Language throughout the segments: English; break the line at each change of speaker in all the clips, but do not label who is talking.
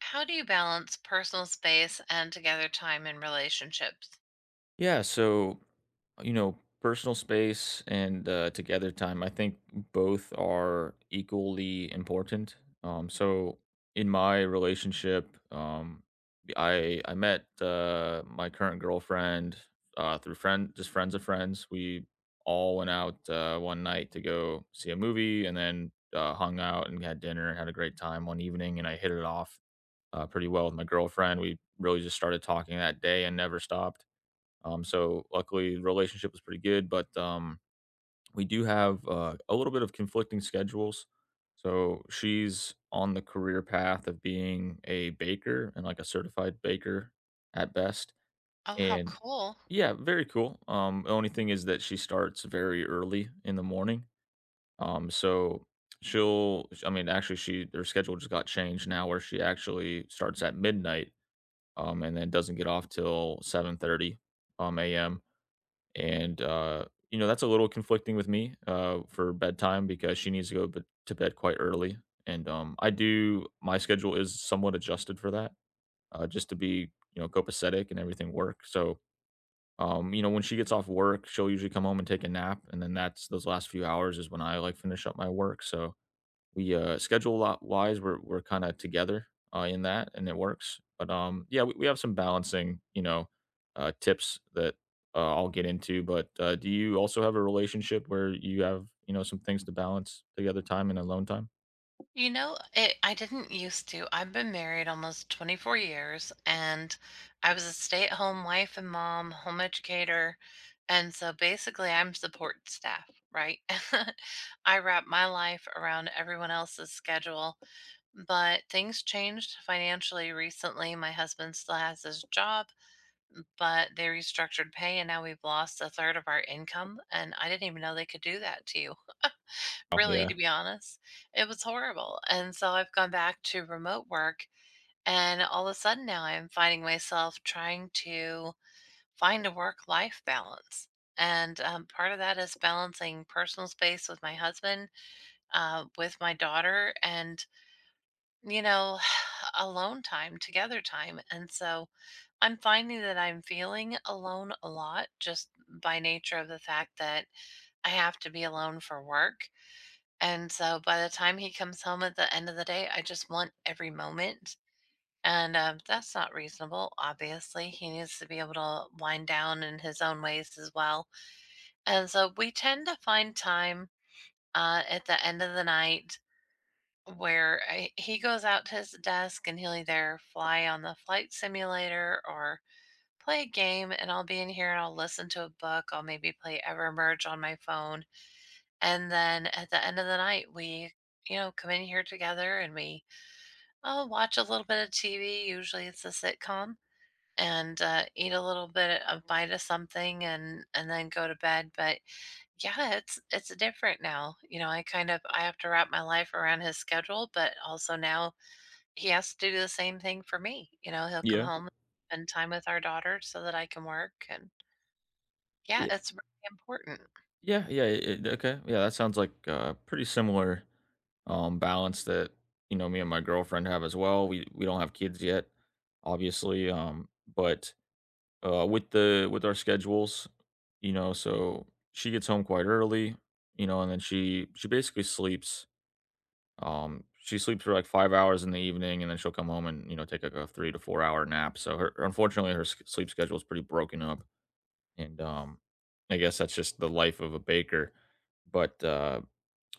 How do you balance personal space and together time in relationships?
Yeah, so personal space and together time, I think both are equally important. So in my relationship, I met my current girlfriend through just friends of friends. We all went out one night to go see a movie, and then hung out and had dinner and had a great time one evening. And I hit it off pretty well with my girlfriend. We really just started talking that day and never stopped. So luckily, the relationship was pretty good, but we do have a little bit of conflicting schedules. So she's on the career path of being a baker and like a certified baker at best.
Oh, how
And
cool.
yeah, very cool. The only thing is that she starts very early in the morning. So I mean, actually, she their schedule just got changed now, where she actually starts at midnight, and then doesn't get off till 7:30, a.m. And that's a little conflicting with me for bedtime, because she needs to to bed quite early, and I do my schedule is somewhat adjusted for that, just to be copacetic and everything work. So when she gets off work, she'll usually come home and take a nap, and then that's those last few hours is when I like finish up my work. So we schedule lot wise we're kind of together in that, and it works, but yeah, we have some balancing tips that I'll get into. But do you also have a relationship where you have some things to balance together time and alone time?
You know, it, I didn't used to. I've been married almost 24 years, and I was a stay-at-home wife and mom, home educator. And so basically, I'm support staff, right? I wrap my life around everyone else's schedule, but things changed financially recently. My husband still has his job, but they restructured pay and now we've lost a third of our income, and I didn't even know they could do that to you.
Oh,
Really,
yeah.
to be honest, it was horrible. And so I've gone back to remote work and all of a sudden now I'm finding myself trying to find a work-life balance. And Part of that is balancing personal space with my husband, with my daughter, and, you know, alone time, together time. And so I'm finding that I'm feeling alone a lot just by nature of the fact that I have to be alone for work. And so by the time he comes home at the end of the day, I just want every moment. And that's not reasonable, obviously. He needs to be able to wind down in his own ways as well. And so we tend to find time at the end of the night where he goes out to his desk and he'll either fly on the flight simulator or play a game, and I'll be in here and I'll listen to a book. I'll maybe play Evermerge on my phone. And then at the end of the night, we, you know, come in here together and we oh, watch a little bit of TV. Usually it's a sitcom and eat a little bit of bite of something, and then go to bed. But yeah, it's different now, you know. I kind of i have to wrap my life around his schedule, but also now he has to do the same thing for me. You know, he'll come
Yeah.
home and spend time with our daughter so that I can work. And Yeah,
Yeah,
it's really important.
yeah, yeah. Okay, yeah, that sounds like a pretty similar balance that me and my girlfriend have as well. We don't have kids yet, obviously, but, with the with our schedules, so she gets home quite early, and then she basically sleeps. She sleeps for like 5 hours in the evening, and then she'll come home and take like a 3 to 4 hour nap. So her unfortunately her sleep schedule is pretty broken up, and I guess that's just the life of a baker. But uh,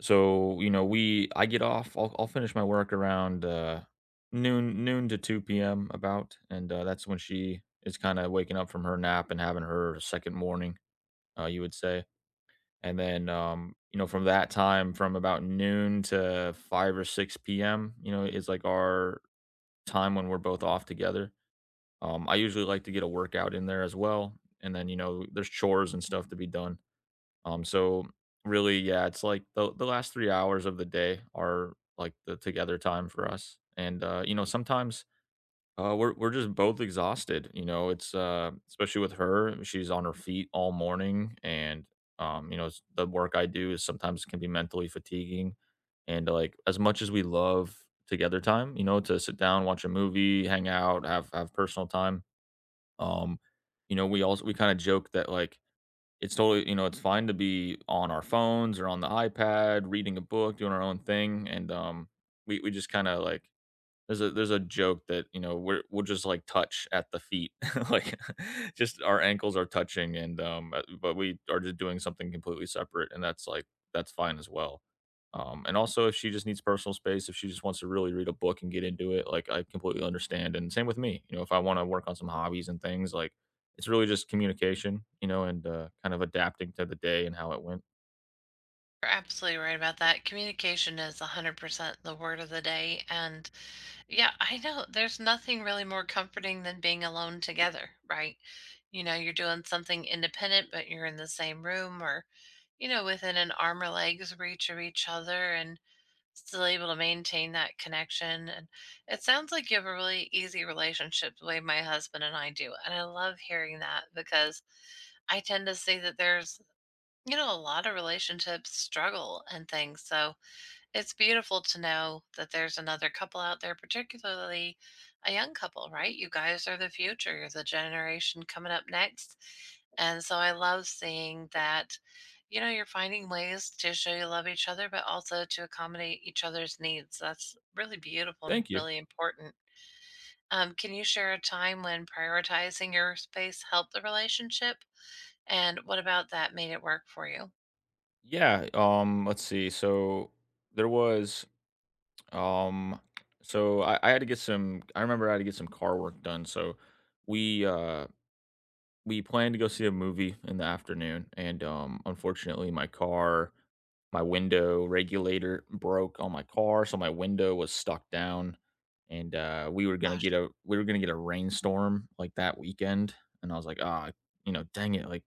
so, you know, we I get off. I'll finish my work around noon to two p.m. about, and that's when she is kind of waking up from her nap and having her second morning, you would say. And then from about noon to five or six p.m., is like our time when we're both off together. I usually like to get a workout in there as well, and then there's chores and stuff to be done. So really, yeah, it's like the last 3 hours of the day are like the together time for us. And sometimes we're just both exhausted. It's especially with her, she's on her feet all morning, and the work I do is sometimes can be mentally fatiguing. And like as much as we love together time, to sit down, watch a movie, hang out, have personal time. Um, we also we kind of joke that like it's totally it's fine to be on our phones or on the iPad, reading a book, doing our own thing. And, we just kinda, like, there's a joke that, we'll just, like, touch at the feet, like, just our ankles are touching, and, but we are just doing something completely separate, and that's fine as well. And also, if she just needs personal space, if she just wants to really read a book and get into it, like, I completely understand, and same with me, if I wanna work on some hobbies and things, like, it's really just communication, and, kind of adapting to the day and how it went.
You're absolutely right about that. Communication is 100% the word of the day. And yeah, I know there's nothing really more comforting than being alone together, right? You know, you're doing something independent, but you're in the same room or, you know, within an arm or legs reach of each other and still able to maintain that connection. And it sounds like you have a really easy relationship the way my husband and I do. And I love hearing that because I tend to see that there's, you know, a lot of relationships struggle and things. So it's beautiful to know that there's another couple out there, particularly a young couple, right? You guys are the future, you're the generation coming up next. And so I love seeing that, you know, you're finding ways to show you love each other, but also to accommodate each other's needs. That's really beautiful and
Thank you.
really important. Can you share a time when prioritizing your space helped the relationship? And what about that made it work for you?
Yeah, let's see. So there was Um, so I, I had to get some. I remember I had to get some car work done. So we uh we planned to go see a movie in the afternoon, and unfortunately my car, my window regulator broke on my car, so my window was stuck down, and we were gonna get
Gosh.
a we were gonna get a rainstorm like that weekend. And I was like, ah, dang it, like,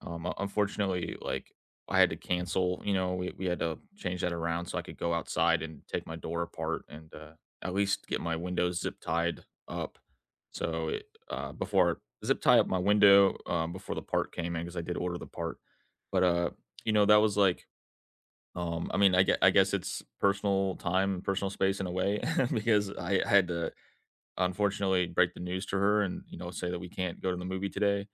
unfortunately, like, I had to cancel. We had to change that around so I could go outside and take my door apart and at least get my windows zip tied up. So before zip tie up my window, before the part came in, because I did order the part, but that was like. I mean, I guess it's personal time, personal space in a way, because I had to, unfortunately, break the news to her and, say that we can't go to the movie today,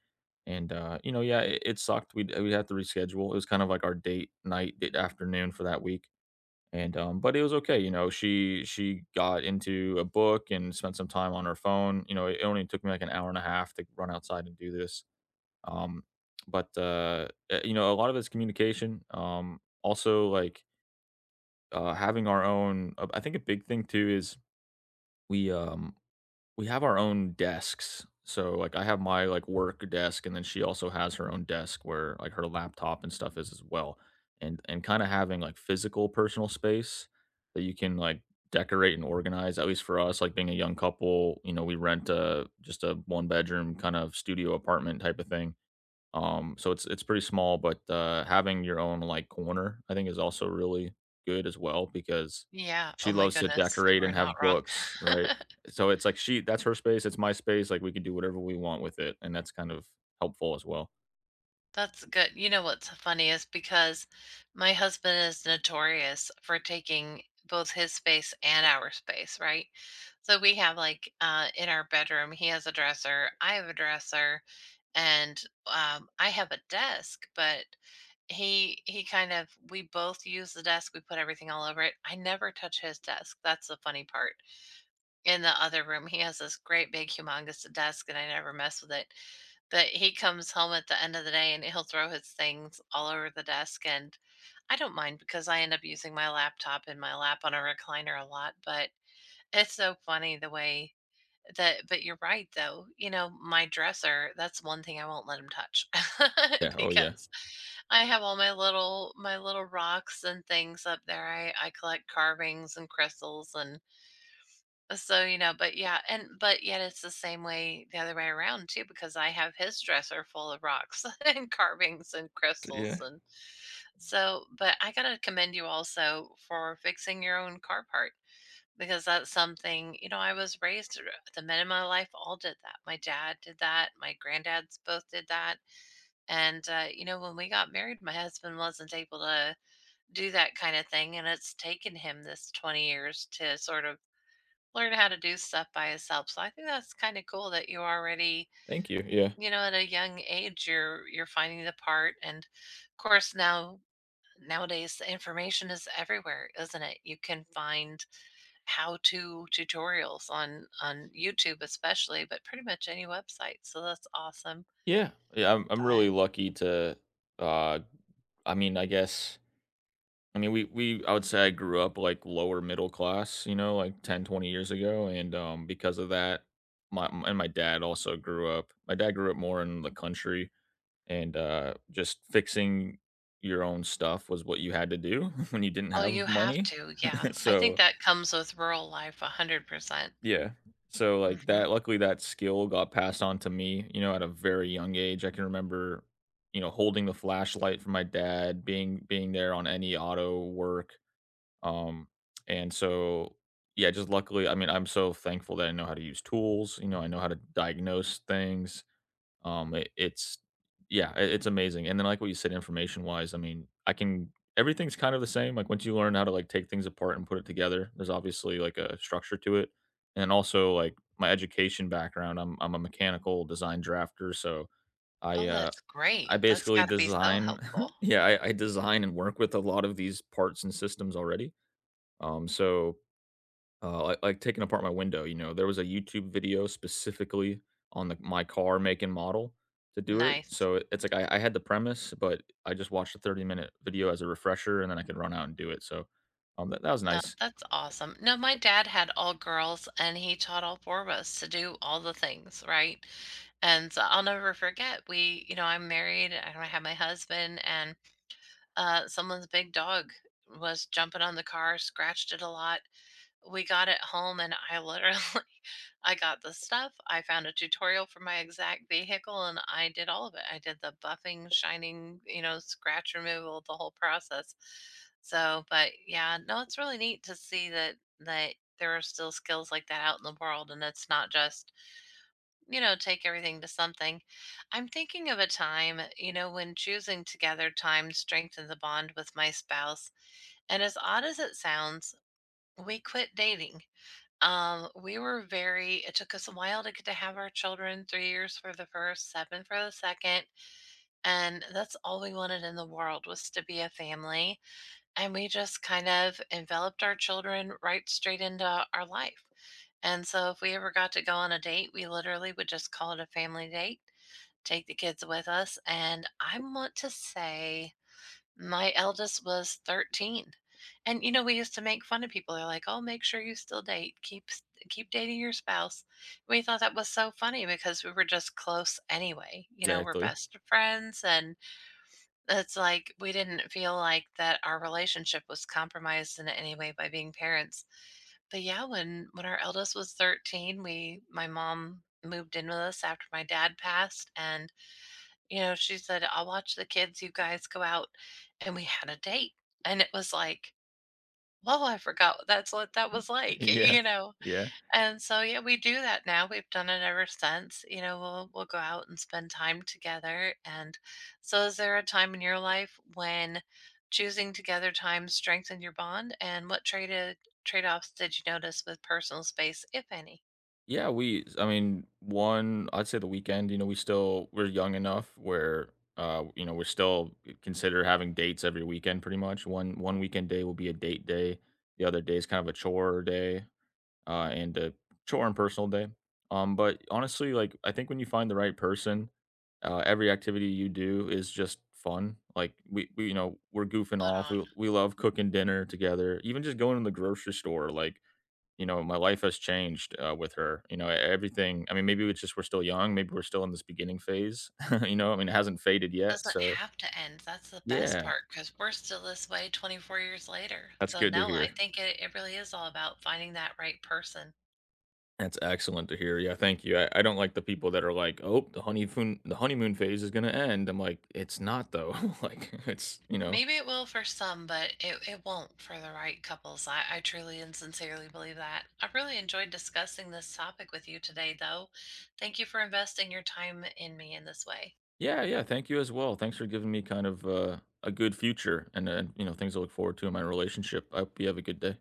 and, yeah, it sucked. We had to reschedule. It was kind of like our date night, date afternoon for that week, and, but it was okay, she got into a book and spent some time on her phone. It only took me like an hour and a half to run outside and do this, um, but, a lot of it's communication. Also, like, having our own, I think a big thing too is we, um we have our own desks. So, like, I have my, like, work desk, and then she also has her own desk where, like, her laptop and stuff is as well. And kinda having, like, physical personal space that you can, like, decorate and organize, at least for us, like, being a young couple, we rent a just a one-bedroom kind of studio apartment type of thing. So it's pretty small, but having your own like corner, I think, is also really good as well, because
Yeah, oh
she
my
loves to
goodness, you
decorate
are
and
not
have
wrong.
books, right? So it's like she that's her space, it's my space. Like, we can do whatever we want with it, and that's kind of helpful as well.
That's good. You know what's funny is because my husband is notorious for taking both his space and our space, right? So we have like in our bedroom, he has a dresser, I have a dresser, and I have a desk, but he kind of we both use the desk, we put everything all over it. I never touch his desk. That's the funny part. In the other room, he has this great big humongous desk and I never mess with it. But he comes home at the end of the day and he'll throw his things all over the desk, and I don't mind because I end up using my laptop in my lap on a recliner a lot. But it's so funny the way that but you're right though. You know, my dresser, that's one thing I won't let him touch,
Yeah. Oh, yeah.
because I have all my little rocks and things up there. I collect carvings and crystals, and so, you know, but yeah, and but yet it's the same way the other way around too, because I have his dresser full of rocks and carvings and
T-
crystals.
Yeah.
And so, but I gotta commend you also for fixing your own car part, because that's something, you know, I was raised, the men in my life all did that. My dad did that, my granddads both did that. And You know, when we got married, my husband wasn't able to do that kind of thing. And it's taken him this 20 years to sort of learn how to do stuff by yourself. So I think that's kind of cool that you already,
Thank you. Yeah.
you know, at a young age you're finding the part. And of course now nowadays the information is everywhere, isn't it? You can find how-to tutorials on YouTube especially, but pretty much any website. So that's awesome.
Yeah. Yeah. I'm
But
really lucky to. Uh, I mean, I guess, I mean, we I would say I grew up, like, lower middle class, like, 10, 20 years ago, and, because of that, my m and my dad grew up more in the country, and, just fixing your own stuff was what you had to do when you didn't
oh, you
have
have
money,
to. Yeah. I think
so.
that comes with rural life 100%.
Yeah. So, like,
Mhm.
that luckily, that skill got passed on to me, at a very young age. I can remember, holding the flashlight for my dad, being there on any auto work. Um, and so, yeah, just luckily, I mean, I'm so thankful that I know how to use tools. I know how to diagnose things. It, it's Yeah, it's amazing. And then, like what you said, information wise, I mean, I can everything's kind of the same. Like, once you learn how to like take things apart and put it together, there's obviously like a structure to it. And also like my education background, I'm a mechanical design drafter, so I
Oh,
uh
that's
I
great. That's
basically
got to be so
design,
helpful.
yeah, I design and work with a lot of these parts and systems already, so, like, taking apart my window, there was a YouTube video specifically on my car make and model to do it.
Nice.
So it's like I had the premise, but I just watched a 30-minute video as a refresher and then I could run out and do it. So that was
No,
nice.
that's awesome. No, my dad had all girls and he taught all 4 of us to do all the things, right? And so I'll never forget, I'm married and I have my husband, and, someone's big dog was jumping on the car, scratched it a lot. We got it home and I literally, I got the stuff, I found a tutorial for my exact vehicle, and I did all of it. I did the buffing, shining, you know, scratch removal, the whole process. So, but yeah, no, it's really neat to see that there are still skills like that out in the world and it's not just, you know, take everything to something. I'm thinking of a time, you know, when choosing together time strengthened the bond with my spouse. And as odd as it sounds, we quit dating. We were very, it took us a while to get to have our children, 3 years for the first, 7 for the second, and that's all we wanted in the world was to be a family, and we just kind of enveloped our children right straight into our life, and so if we ever got to go on a date, we literally would just call it a family date, take the kids with us, and I want to say my eldest was 13. And, you know, we used to make fun of people. They're like, "Oh, make sure you still date. Keep dating your spouse." We thought that was so funny because we were just close anyway. You know, we're
Exactly.
best friends, and it's like we didn't feel like that our relationship was compromised in any way by being parents. But yeah, when our eldest was 13, we my mom moved in with us after my dad passed. And you know, she said, I'll watch the kids, you guys go out. And we had a date. And it was like, whoa, I forgot that's what that was like,
Yeah.
you know?
Yeah.
And so, yeah, we do that now. We've done it ever since. You know, we'll go out and spend time together. And so, is there a time in your life when choosing together time strengthened your bond? And what trade offs did you notice with personal space, if any?
Yeah. We, I mean, one, I'd say, the weekend, we're young enough where, we're still consider having dates every weekend pretty much. One weekend day will be a date day, the other day is kind of a chore day, and a chore and personal day. But honestly, like, I think when you find the right person, every activity you do is just fun. Like, we're goofing
Spot
off. We
on.
we love cooking dinner together. Even just going to the grocery store, like, my life has changed with her. Everything. I mean, maybe it's just we're still young. Maybe we're still in this beginning phase. I mean, it hasn't faded yet.
Doesn't
So
have to end, that's the best
yeah,
part, because 'cause we're still this way 24 years later,
that's
so
good to
no, I
hear.
think it really is all about finding that right person.
That's excellent to hear. Yeah, thank you. I don't like the people that are like, "Oh, the honeymoon phase is gonna end." I'm like, "It's not, though." like, it's you know,
Maybe it will for some, but it won't for the right couples. I truly and sincerely believe that. I really enjoyed discussing this topic with you today, though. Thank you for investing your time in me in this way.
yeah, yeah. Thank you as well. Thanks for giving me kind of a good future and things to look forward to in my relationship. I hope you have a good day.